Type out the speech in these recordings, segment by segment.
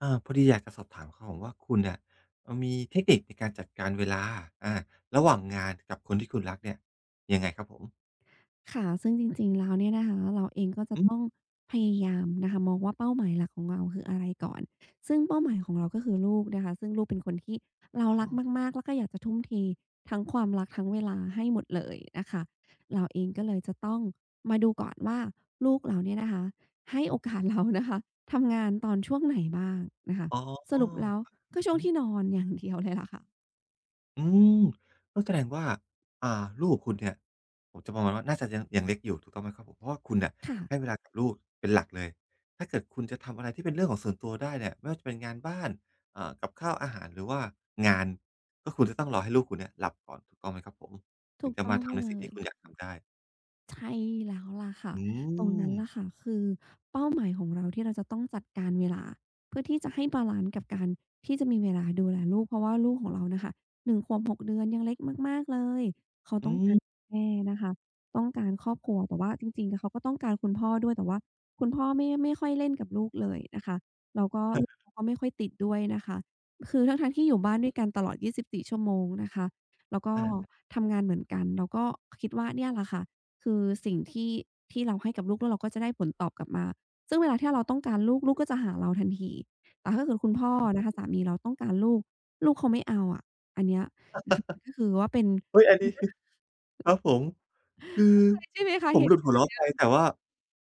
พอดีอยากจะสอบถามครับผมว่าคุณเนี่ยมีเทคนิคในการจัดการเวลาอาระหว่างงานกับคนที่คุณรักเนี่ยยังไงครับผมค่ะซึ่งจริงๆแล้วเนี่ยนะคะเราเองก็จะอืต้องมพยายามนะคะมองว่าเป้าหมายหลักของเราคืออะไรก่อนซึ่งเป้าหมายของเราก็คือลูกนะคะซึ่งลูกเป็นคนที่เราอ๋อรักมากๆ แล้วก็อยากจะทุ่มเททั้งความรักทั้งเวลาให้หมดเลยนะคะ เราเองก็เลยจะต้องมาดูก่อนว่าลูกเราเนี่ยนะคะให้โอกาสเรานะคะทำงานตอนช่วงไหนบ้างนะคะอ๋สอรุปแล้วก็ช่วอืงมที่นอนอย่างเดียวเลยล่ะค่ะอืมก็แสดงว่าอ่าลูกคุณเนี่ยผมจะประมาณว่าน่าจะยังเล็กอยู่ถูกต้องไหมครับผมเพราะว่าคุณเนี่ยค่ะให้เวลากับลูกเป็นหลักเลยถ้าเกิดคุณจะทำอะไรที่เป็นเรื่องของส่วนตัวได้เนี่ยไม่ว่าจะเป็นงานบ้านกับข้าวอาหารหรือว่างานก็คุณจะต้องรอให้ลูกคุณเนี่ยหลับก่อนถูกต้องไหมครับผมถึถูงกจะต้อมางทำในเลสิ่งที่ย คุณอยากทำได้ ใช่แล้วล่ะค่ะอืตรงนั้มนล่ะค่ะคือเป้าหมายของเราที่เราจะต้องจัดการเวลาเพื่อที่จะให้บาลันซ์กับการที่จะมีเวลาดูแลลูกเพราะว่าลูกของเราน่ะค่ะหนึ่งขวบ6เดือนยังเล็กมากๆเลยเขาอืต้องการมแม่นะคะต้องการครอบครัวแต่ว่าจริงๆอะเขาก็ต้องการคุณพ่อด้วยแต่ว่าคุณพ่อไม่ค่อยเล่นกับลูกเลยนะคะแล้วก็ลูกเขาก็ไม่ค่อยติดด้วยนะคะคือทั้งๆที่อยู่บ้านด้วยกันตลอด24 ชั่วโมงนะคะแล้วก็อาทำงานเหมือนกันแล้วก็คิดว่าเนี่ยล่ะค่ะ คือสิ่งที่ที่เราให้กับลูกแล้วเราก็จะได้ผลตอบกลับมาซึ่งเวลาที่เราต้องการลูกลูกก็จะหาเราทันทีแต่ถ้าเกิดคุณพ่อนะคะสามีเราต้องการลูกลูกเขาไม่เอาอะอันเนี้ย นะคะก็คือว่าเป็น เฮ้ยอันนี้ ครับผมคือ ใช่ไหมคะผมเหหลุตุ ดหัวเราะไปแต่ว่า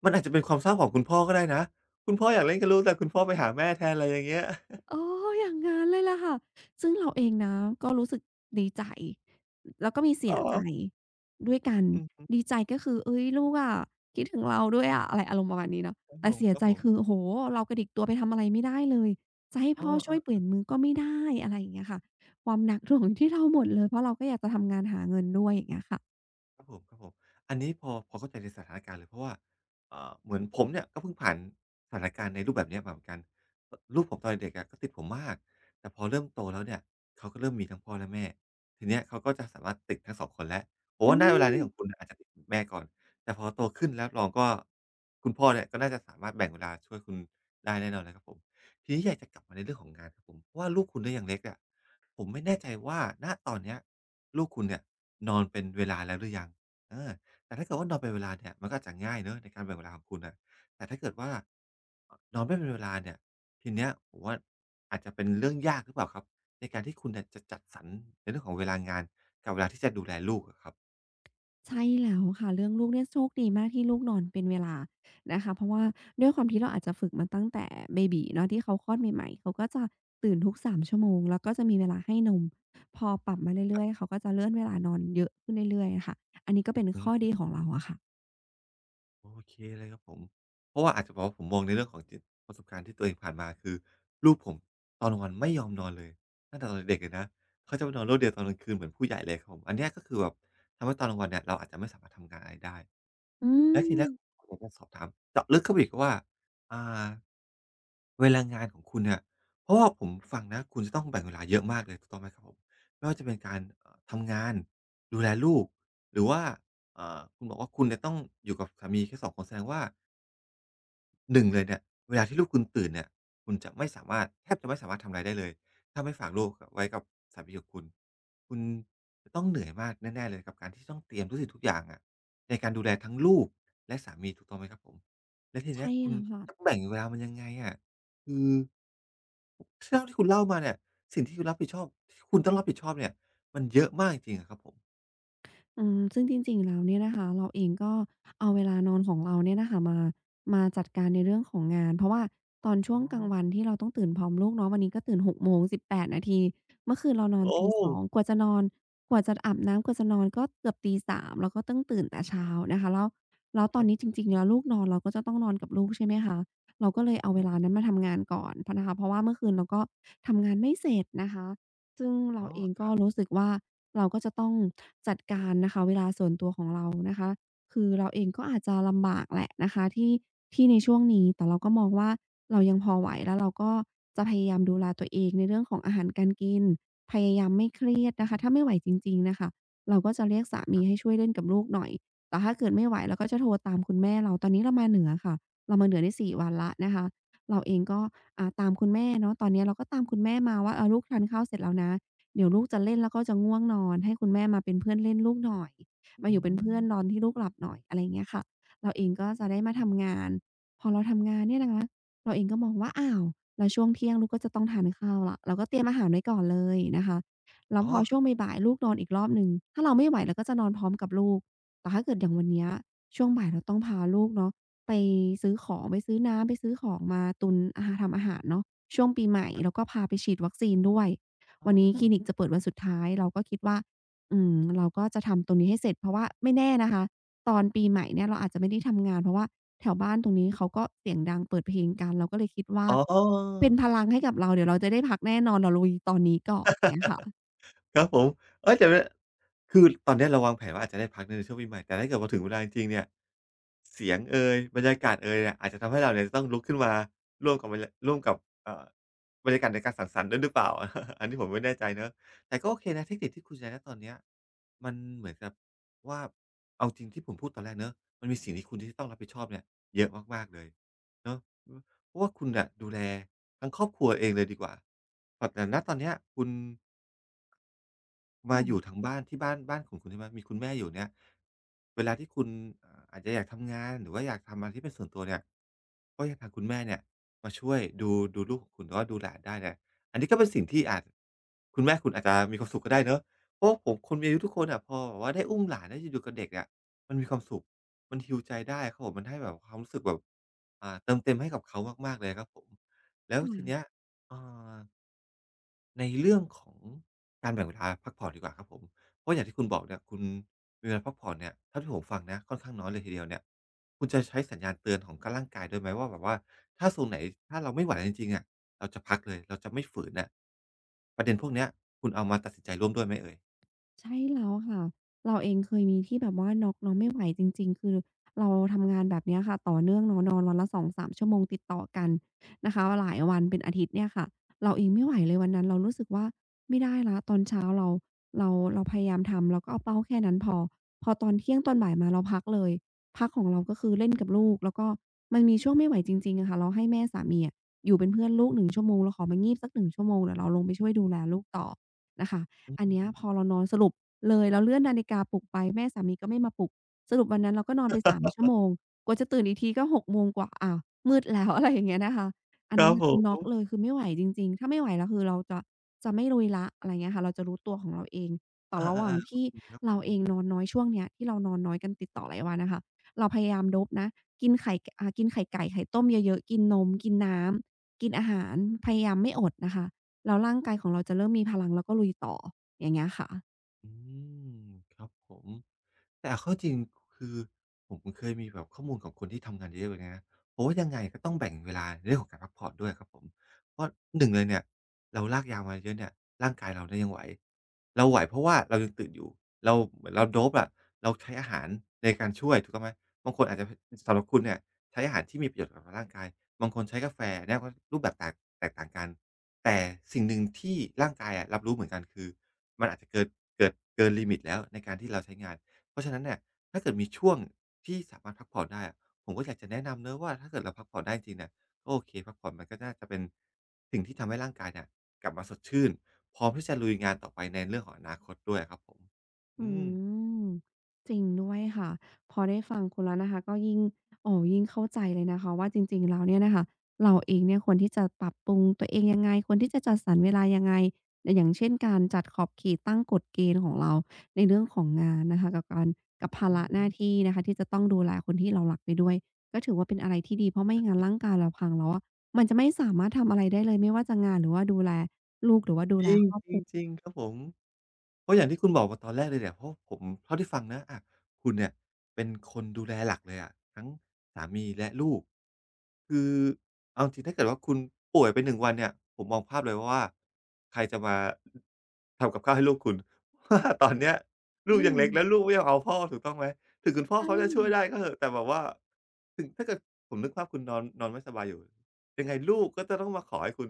มันอาจจะเป็นความเศร้าของคุณพ่อก็ได้นะคุณพ่ออยากเล่นกับลูกแต่คุณพ่อไปหาแม่แทนอะไรอย่างเงี้ย อ๋ออย่างงั้นเลยล่ะค่ะซึ่งเราเองนะก็รู้สึกดีใจแล้วก็มี เสีอ๋อยใจด้วยกันอืมดีใจก็คือเฮ้ยลูกอะคิดถึงเราด้วยอะอะไรอารมณ์ประมาณนี้เนาะครับผแต่เสียใจมคือๆโอ้โฮเรากระดิกตัวไปทำอะไรไม่ได้เลยจะให้อ๋อพ่อช่อา วยเปลี่ยนมือก็ไม่ได้อะไรอย่างเงี้ยค่ะความหนักหน่วงอยู่ที่เราหมดเลยเพราะเราก็อยากจะทำงานหาเงินด้วยอย่างเงี้ยค่ะครับผมครับผมอันนี้พอเข้าใจในสถานการณ์เลยเพราะว่าเหมือนผมเนี่ยก็เพิ่งผ่านสถานการณ์ในรูปแบบเนี้ยมาเหมือนกันลูกผมตอนเด็กๆอะก็ติดผมมากแต่พอเริ่มโตแล้วเนี่ยเขาก็เริ่มมีทั้งพ่อและแม่ทีเนี้ยเขาก็จะสามารถติดทั้งสองคนแล้วผมอืว่าณเวลานี้ม ของคุณอาจจะติดคุณแม่ก่อนแต่พอโตขึ้นแล้วเราก็คุณพ่อเนี่ยก็น่าจะสามารถแบ่งเวลาช่วยคุณได้แน่นอนเลยครับผมทีนี้อยากจะกลับมาในเรื่องของงานครับผมเพราะว่าลูกคุณเนี่ยยังเล็กอะ ผมไม่แน่ใจว่าณตอนเนี้ยลูกคุณเนี่ยนอนเป็นเวลาแล้วหรือยังเออแต่ถ้าเกิดว่านอนเป็นเวลาเนี่ยมันก็อาจจะง่ายเนาะในการแบ่งเวลาของคุณน่ะแต่ถ้าเกิดว่านอนไม่เป็นเวลาเนี่ยทีเนี้ยผมว่าอาจจะเป็นเรื่องยากหรือเปล่าครับในการที่คุณเนี่ยจะจัดสรรในเรื่องของเวลางานกับเวลาที่จะดูแลลูกอะครับใช่แล้วค่ะเรื่องลูกเนี่ยโชคดีมากที่ลูกนอนเป็นเวลานะคะเพราะว่าด้วยความที่เราอาจจะฝึกมาตั้งแต่เบบี๋เนาะที่เขาคลอดใหม่ๆเขาก็จะตื่นทุก3ชั่วโมงแล้วก็จะมีเวลาให้นมพอปรับมาเรื่อยๆเขาก็จะเลื่อนเวลานอนเยอะขึ้นเรื่อยๆอะค่ะอันนี้ก็เป็นอืข้อม ดีของเราอะค่ะโอเคเลยครับผม เพราะว่าอาจจะบอกว่าผมมองในเรื่องของประสบการณ์ที่ตัวเองผ่านมาคือลูกผมตอนกลางวันไม่ยอมนอนเลยตั้งแต่ตอนเด็กๆเลยนะ เขาจะไปนอนโลดเดียวตอนกลางคืนเหมือนผู้ใหญ่เลยครับผมอันเนี้ยก็คือแบบทำให้ตอนกลางวันเนี่ยเราอาจจะไม่สามารถทำงานอะไรได้ อืแล้วทีมเนี้ยผมอยากสอบถามเจาะลึกเข้าไปอีกว่าอ่าเวลางานของคุณเนี่ย เพราะว่าผมฟังนะคุณจะต้องแบ่งเวลาเยอะมากเลยถูกต้องไหมครับผมไม่ว่าจะเป็นการทำงานดูแลลูกหรือว่าคุณบอกว่าคุณเนี่ยต้องอยู่กับสามีแค่สองคนแสดงว่า หนึ่งเลยเนี่ยเวลาที่ลูกคุณตื่นเนี่ยคุณจะไม่สามารถแทบจะไม่สามารถทำอะไรได้เลยถ้าไม่ฝากลูกไว้กับสามีของคุณคุณจะต้องเหนื่อยมากแน่ๆเลยกับการที่ต้องเตรียมทุกสิ่งทุกอย่างอะในการดูแลทั้งลูกและสามีถูกต้องไหมครับผมแล้วทีเนี้ใช่ยคุณแล้วค่ะ จะแบ่งเวลามันยังไงอะคือเท่าที่คุณเล่ามาเนี่ยสิ่งที่คุณรับผิดชอบที่คุณต้องรับผิดชอบเนี่ยมันเยอะมากจริงๆอะครับผมอืมซึ่งจริงๆแล้วเนี่ยนะคะเราเองก็เอาเวลานอนของเราเนี่ยนะคะมาจัดการในเรื่องของงานเพราะว่าตอนช่วอ๋องกลางวันที่เราต้องตื่นพร้อมลูกเนาะวันนี้ก็ตื่น6โมง18นาทีเมื่อคืนเรานอนโอ้ตี 2กว่าจะนอนกว่าจะอาบน้ำกว่าจะนอนก็เกือบตี3แล้วก็ต้องตื่นแต่เช้านะคะแล้วคตอรันบนี้ผจริงมๆแล้วลูกนอนเราก็จะต้องนอนกับลูกใช่ไหมคะเราก็เลยเอาเวอืลานั้มนมาทำงานก่อนพนะคะเพราะว่าเมื่อคืนเราก็ทำงานไม่เสร็จนะคะซึ่งเราอ๋อเองคก็รับรู้สึกว่า เราก็จะต้องจัดการนะคะเวลาส่วนตัวของเรานะคะคือเราเองก็อาจจะลำบากแหละนะคะที่ในช่วงนี้แต่เราก็มองว่าเรายังพอไหวแล้วเราก็จะพยายามดูแลตัวเองในเรื่องของอาหารการกินพยายามไม่เครียดนะคะถ้าไม่ไหวจริงๆน่ะค่ะเราก็จะเรียกสามีให้ช่วยเล่นกับลูกหน่อยแต่ถ้าเกิดไม่ไหวเราก็จะโทรตามคุณแม่เราตอนนี้เรามาเหนือค่ะเรามาเหนือได้4 วันแล้วนะคะเราเองก็อ่าตามคุณแม่เนาะตอนเนี้ยเราก็ตามคุณแม่มาว่าเออลูกทานข้าวเสร็จแล้วนะ เดี๋ยวลูกจะเล่นแล้วก็จะง่วงนอนให้คุณแม่มาเป็นเพื่อนเล่นลูกหน่อยอืมาอยู่เป็นเพื่อนตอมนที่ลูกหลับหน่อยอะไรอย่างเงี้ยค่ะเราเองก็จะได้มาทำงานำงานเนี่ยนะคะเราเองก็มองว่าอ้าวแล้วช่วงเที่ยงลูกก็จะต้องทานข้าวแล้วเราก็เตรียมอาหารไว้ก่อนเลยนะคะแล้วอ๋พออช่วงบ่ายๆลูกนอนอีกรอบหนึ่งถ้าเราไม่ไหวเราก็จะนอนพร้อมกับลูกแต่ถ้าเกิดอย่างวันเนี้ยช่วงบ่ายเราต้องพาลูกเนาะไปซื้อของไปซื้อน้ำไปซื้อของมาตุนอาทำอาหารเนาะช่วงปีใหม่แล้วก็พาไปฉีดวัคซีนด้วยอ๋อ วันนี้อคลินิกจะเปิดวันสุดท้ายเราก็คิดว่าอืมเราก็จะทำตรงนี้ให้เสร็จเพราะว่าไม่แน่นะคะตอนปีใหม่เนี่ยเราอาจจะไม่ได้ทำงานเพราะว่า แถวบ้านตรงนี้เขาก็เสียงดังเปิดเพลงกันเราก็เลยคิดว่าอ๋อ เป็นพลังให้กับเราเดี๋ยวเราจะได้พักแน่นอนเราลุยตอนนี้ก่อนอย่างเงี้ยค่ะครับผมเฮ้ยแต่มันคือตอนเนี้ยเราวางแผนว่าอาจจะได้พักในช่วงปีใหม่ แต่ถ้าเกิดพอถึงเวลาจริงๆเนี่ย เสียงเอยบรรยากาศเอยเนี่ยอาจจะทำให้เราเนี่ยจะต้องลุกขึ้นมา ร่วมกับบรรยาร่วมกับเอ่อบรรยากาศในการสังสรรค์ด้วยหรือเปล่า อันนี้ผมไม่แน่ใจเนาะแต่ก็โอเคนะเทคนิคที่คุณใช้ณตอนเนี้ยมันเหมือนกับว่าเอาจริงที่ผมพูดตอนแรกเนาะมันมีสิ่งที่คุณที่ต้องรับผิดชอบเนี่ยเยอะมากๆเลยเนาะเพราะว่าคุณน่ะดูแลทั้งครอบครัวเองเลยดีกว่าแบบแต่ณตอนเนี้ยคุณ มาอยู่ค่ะทั้งบ้านที่บ้านของคุณที่บ้านมีคุณแม่อยู่เนี่ยเวลาที่คุณอาจจะอยากทำงานหรือว่าอยากทำอะไรที่เป็นส่วนตัวเนี่ยก็ยังทางคุณแม่เนี่ยมาช่วยดูลูกของคุณหรือว่าดูหลานได้เนี่ยอันนี้ก็เป็นสิ่งที่อาจคุณแม่คุณอาจจะมีความสุขก็ได้เนาะเพราะว่าผมคนมีอายุทุกคนอะพอแบบว่าได้อุ้มหลานได้อยู่ๆกับเด็กอะมันมีความสุขมัน heal ใจได้ครับผมมันให้แบบความรู้สึกแบบเติมเต็มให้กับเขามากๆเลยครับผมแล้วคทีเนี้ย่ะเอ่อ ในเรื่องของการแบ่งเวลาพักผ่อนดีกว่าครับผมเพราะอย่างที่คุณบอกเนี่ยคุณมีเวลาพักผ่อนเนี่ยเท่าที่ผมฟังนะค่อนข้างน้อยเลยทีเดียวเนี่ยคุณจะใช้สัญญาณเตือนของร่างกายด้วยไหมว่าแบบว่าถ้าโซนไหนถ้าเราไม่ไหวจริงๆอะเราจะพักเลยเราจะไม่ฝืนน่ะประเด็นพวกเนี้ยคุณเอามาตัดสินใจร่วมด้วยไหมเอ่ยใช่แล้วค่ะเราเองเคยมีที่แบบว่าน็อกเราไม่ไหวจริงๆคือเราทำงานแบบเนี้ยค่ะต่อเนื่องเนาะนอนวันละ2-3ชั่วโมงติดต่อกันนะคะหลายวันเป็นอาทิตย์เนี่ยค่ะเราเองไม่ไหวเลยวันนั้นเรารู้สึกว่าไม่ได้แล้วตอนเช้าเราพยายามทำเราก็เอาเป้าแค่นั้นพอพอตอนเที่ยงตอนบ่ายมาเราพักเลย ของเราก็คือเล่นกับลูกแล้วก็มันมีช่วงไม่ไหวจริงๆอะค่ะเราให้แม่สามีอะอยู่เป็นเพื่อนลูก1ชั่วโมงเราขอมางีบสัก1ชั่วโมงเดี๋ยวเราลงไปช่วยดูแลลูกต่อนะคะอือันเนี้ยมพอๆๆเรานอนสรุปเลยเราเลื่อนนาฬิกาปลุกไปแม่สามีก็ไม่มาปลุกสรุปวันนั้นเราก็นอนไป3ชั่วโมงกว่าจะตื่นอีกทีก็6โมงกว่าอ้าวมืดแล้ว อะไรอย่างเงี้ยนะคะอัคนรันั้นบผน่ะคือน็อกเลมยคือไม่ไหวจริงๆถ้าไม่ไหวแล้วคือเราจะไม่ลุยแล้วอะไรเงี้ยค่ะเราจะรู้ตัวของเราเองแต่ระหว่าอางๆที่ๆโอเคครับผเราเองม นอนน้อยช่วงเนี้ยที่เรานอนน้อยกันติดต่อหลายวันน่ะค่ะ เราพยายามลดนะกินไข่กินไข่ไก่ไข่ต้มเยอะๆ กินนมกินน้ำกินอาหารพยายามไม่อดนะคะแล้วร่างกายของเราจะเริ่มมีพลังแล้วก็ลุยต่ออย่างเงี้ยค่ะ อืมครับผมแต่เอาเข้าจริงคือผมเคยมีแบบข้อมูลของคนที่ทำงานเยอะๆแบบเนี้ยนะผมว่ายังไงก็ต้องแบ่งเวลาในเรื่องของการพักผ่อนด้วยครับผมเพราะ1เลยเนี่ยเราลากยาวมาเยอะเนี่ยร่างกายเราเนี่ยยังไหวเราไหวเพราะว่าเรายังตื่นอยู่เราเหมือนเรา dope อะเราใช้อาหารในการช่วยถูกต้องไหมบางคนอาจจะสำหรับคุณเนี่ยใช้อาหารที่มีประโยชน์กับร่างกายบางคนใช้กาแฟเนี่ยก็รูปแบบแตกต่างกันแต่สิ่งหนึ่งที่ร่างกายอะรับรู้เหมือนกันคือ มันอาจจะเกินเกินลิมิตแล้วในการที่เราใช้งาน เพราะฉะนั้นเนี่ยถ้าเกิดมีช่วงที่สามารถพักผ่อนได้อะผมก็อยากจะแนะนำเนาะว่าถ้าเกิดเราพักผ่อนได้จริงๆเนี่ยก็โอเคพักผ่อนมันก็น่าจะเป็นสิ่งที่ทำให้ร่างกายเนี่ยกลับมาสดชื่นพร้อมที่จะลุยงานต่อไปในเรื่องของอนาคตด้วยอะครับผมอือืมมจริงด้วยค่ะพอได้ฟังคุณแล้วนะคะก็ยิ่งโอ้ยิ่งเข้าใจเลยนะคะว่าจริงๆแล้วเนี่ยนะคะเราเองเนี่ยควรที่จะปรับปรุงตัวเองยังไงควรที่จะจัดสรรเวลายังไงออย่างเช่นการจัดขอบเขตตั้งกฎเกณฑ์ของเราในเรื่องของงานนะคะกับภาอืระอหฮึ น้าที่นะคะที่จะต้องดูแลคนที่เรารักไปด้วยก็ถือว่าเป็นอะไรที่ดีเพราะไม่งั้นร่างกายเราพังแล้วอะมันจะไม่สามารถทำอะไรได้เลยไม่ว่าจะงานหรือว่าดูแลลูกหรือว่าดูจแลริงครอบจคริรังวจริงครับผมเพราะอย่างที่คุณบอกมาตอนแรกเลยเนี่ยเพราะผมเท่าที่ฟังนะอะคุณเนี่ยเป็นคนดูแลหลักเลยอะทั้งสามีและลูกคือเอาจริงๆถ้าเกิดว่าคุณป่วยไปหนึ่งวันเนี่ยผมมองภาพเลยว่าใครจะมาทำกับข้าวให้ลูกคุณ เพราะว่าตอนเนี้ยลูอืกยังมเล็กแล้วลูกไม่ยอมเอาพ่อถูกต้องไหมถึงคุณพ่อใช่ เขาจะช่วยได้ก็เถอะแต่แบบว่าถึงถ้าเกิดผมนึกภาพคุณนอนนอนไม่สบายอยู่ยังไงลูกก็จะต้องมาขอให้คุณ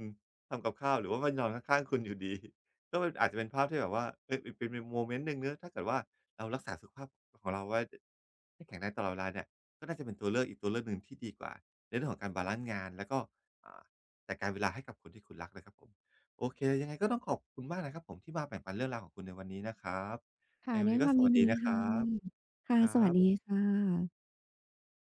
ทำกับข้าวหรือว่ามันนอนข้างๆคุณอยู่ดี ก็มันอาจจะเป็นภาพที่แบบว่าเออเป็นโมเมนต์หนึ่งเนาะถ้าเกิดว่าเรารักษาสุขภาพของเราไว้ให้แข็งแรงตลอดเวลาเนี่ยก็น่าจะเป็นตัวเลือกอีกตัวเลือกหนึ่งที่ดีกว่าในเรื่องของการบาลันซ์งานแล้วก็อ่าจัดการเวลาให้กับคนที่คุณรักนะครับผมโอเคยังไงก็ต้องขอบคุณมากนะครับผมที่มาแบ่งปันเรื่องราวของคุณในวันนี้นะครับในค่ะวันด้วยนี้คก็วามสยิวัสนดีดีนะคค่ะรับค่ะ ครัสวัสดีบค่ะ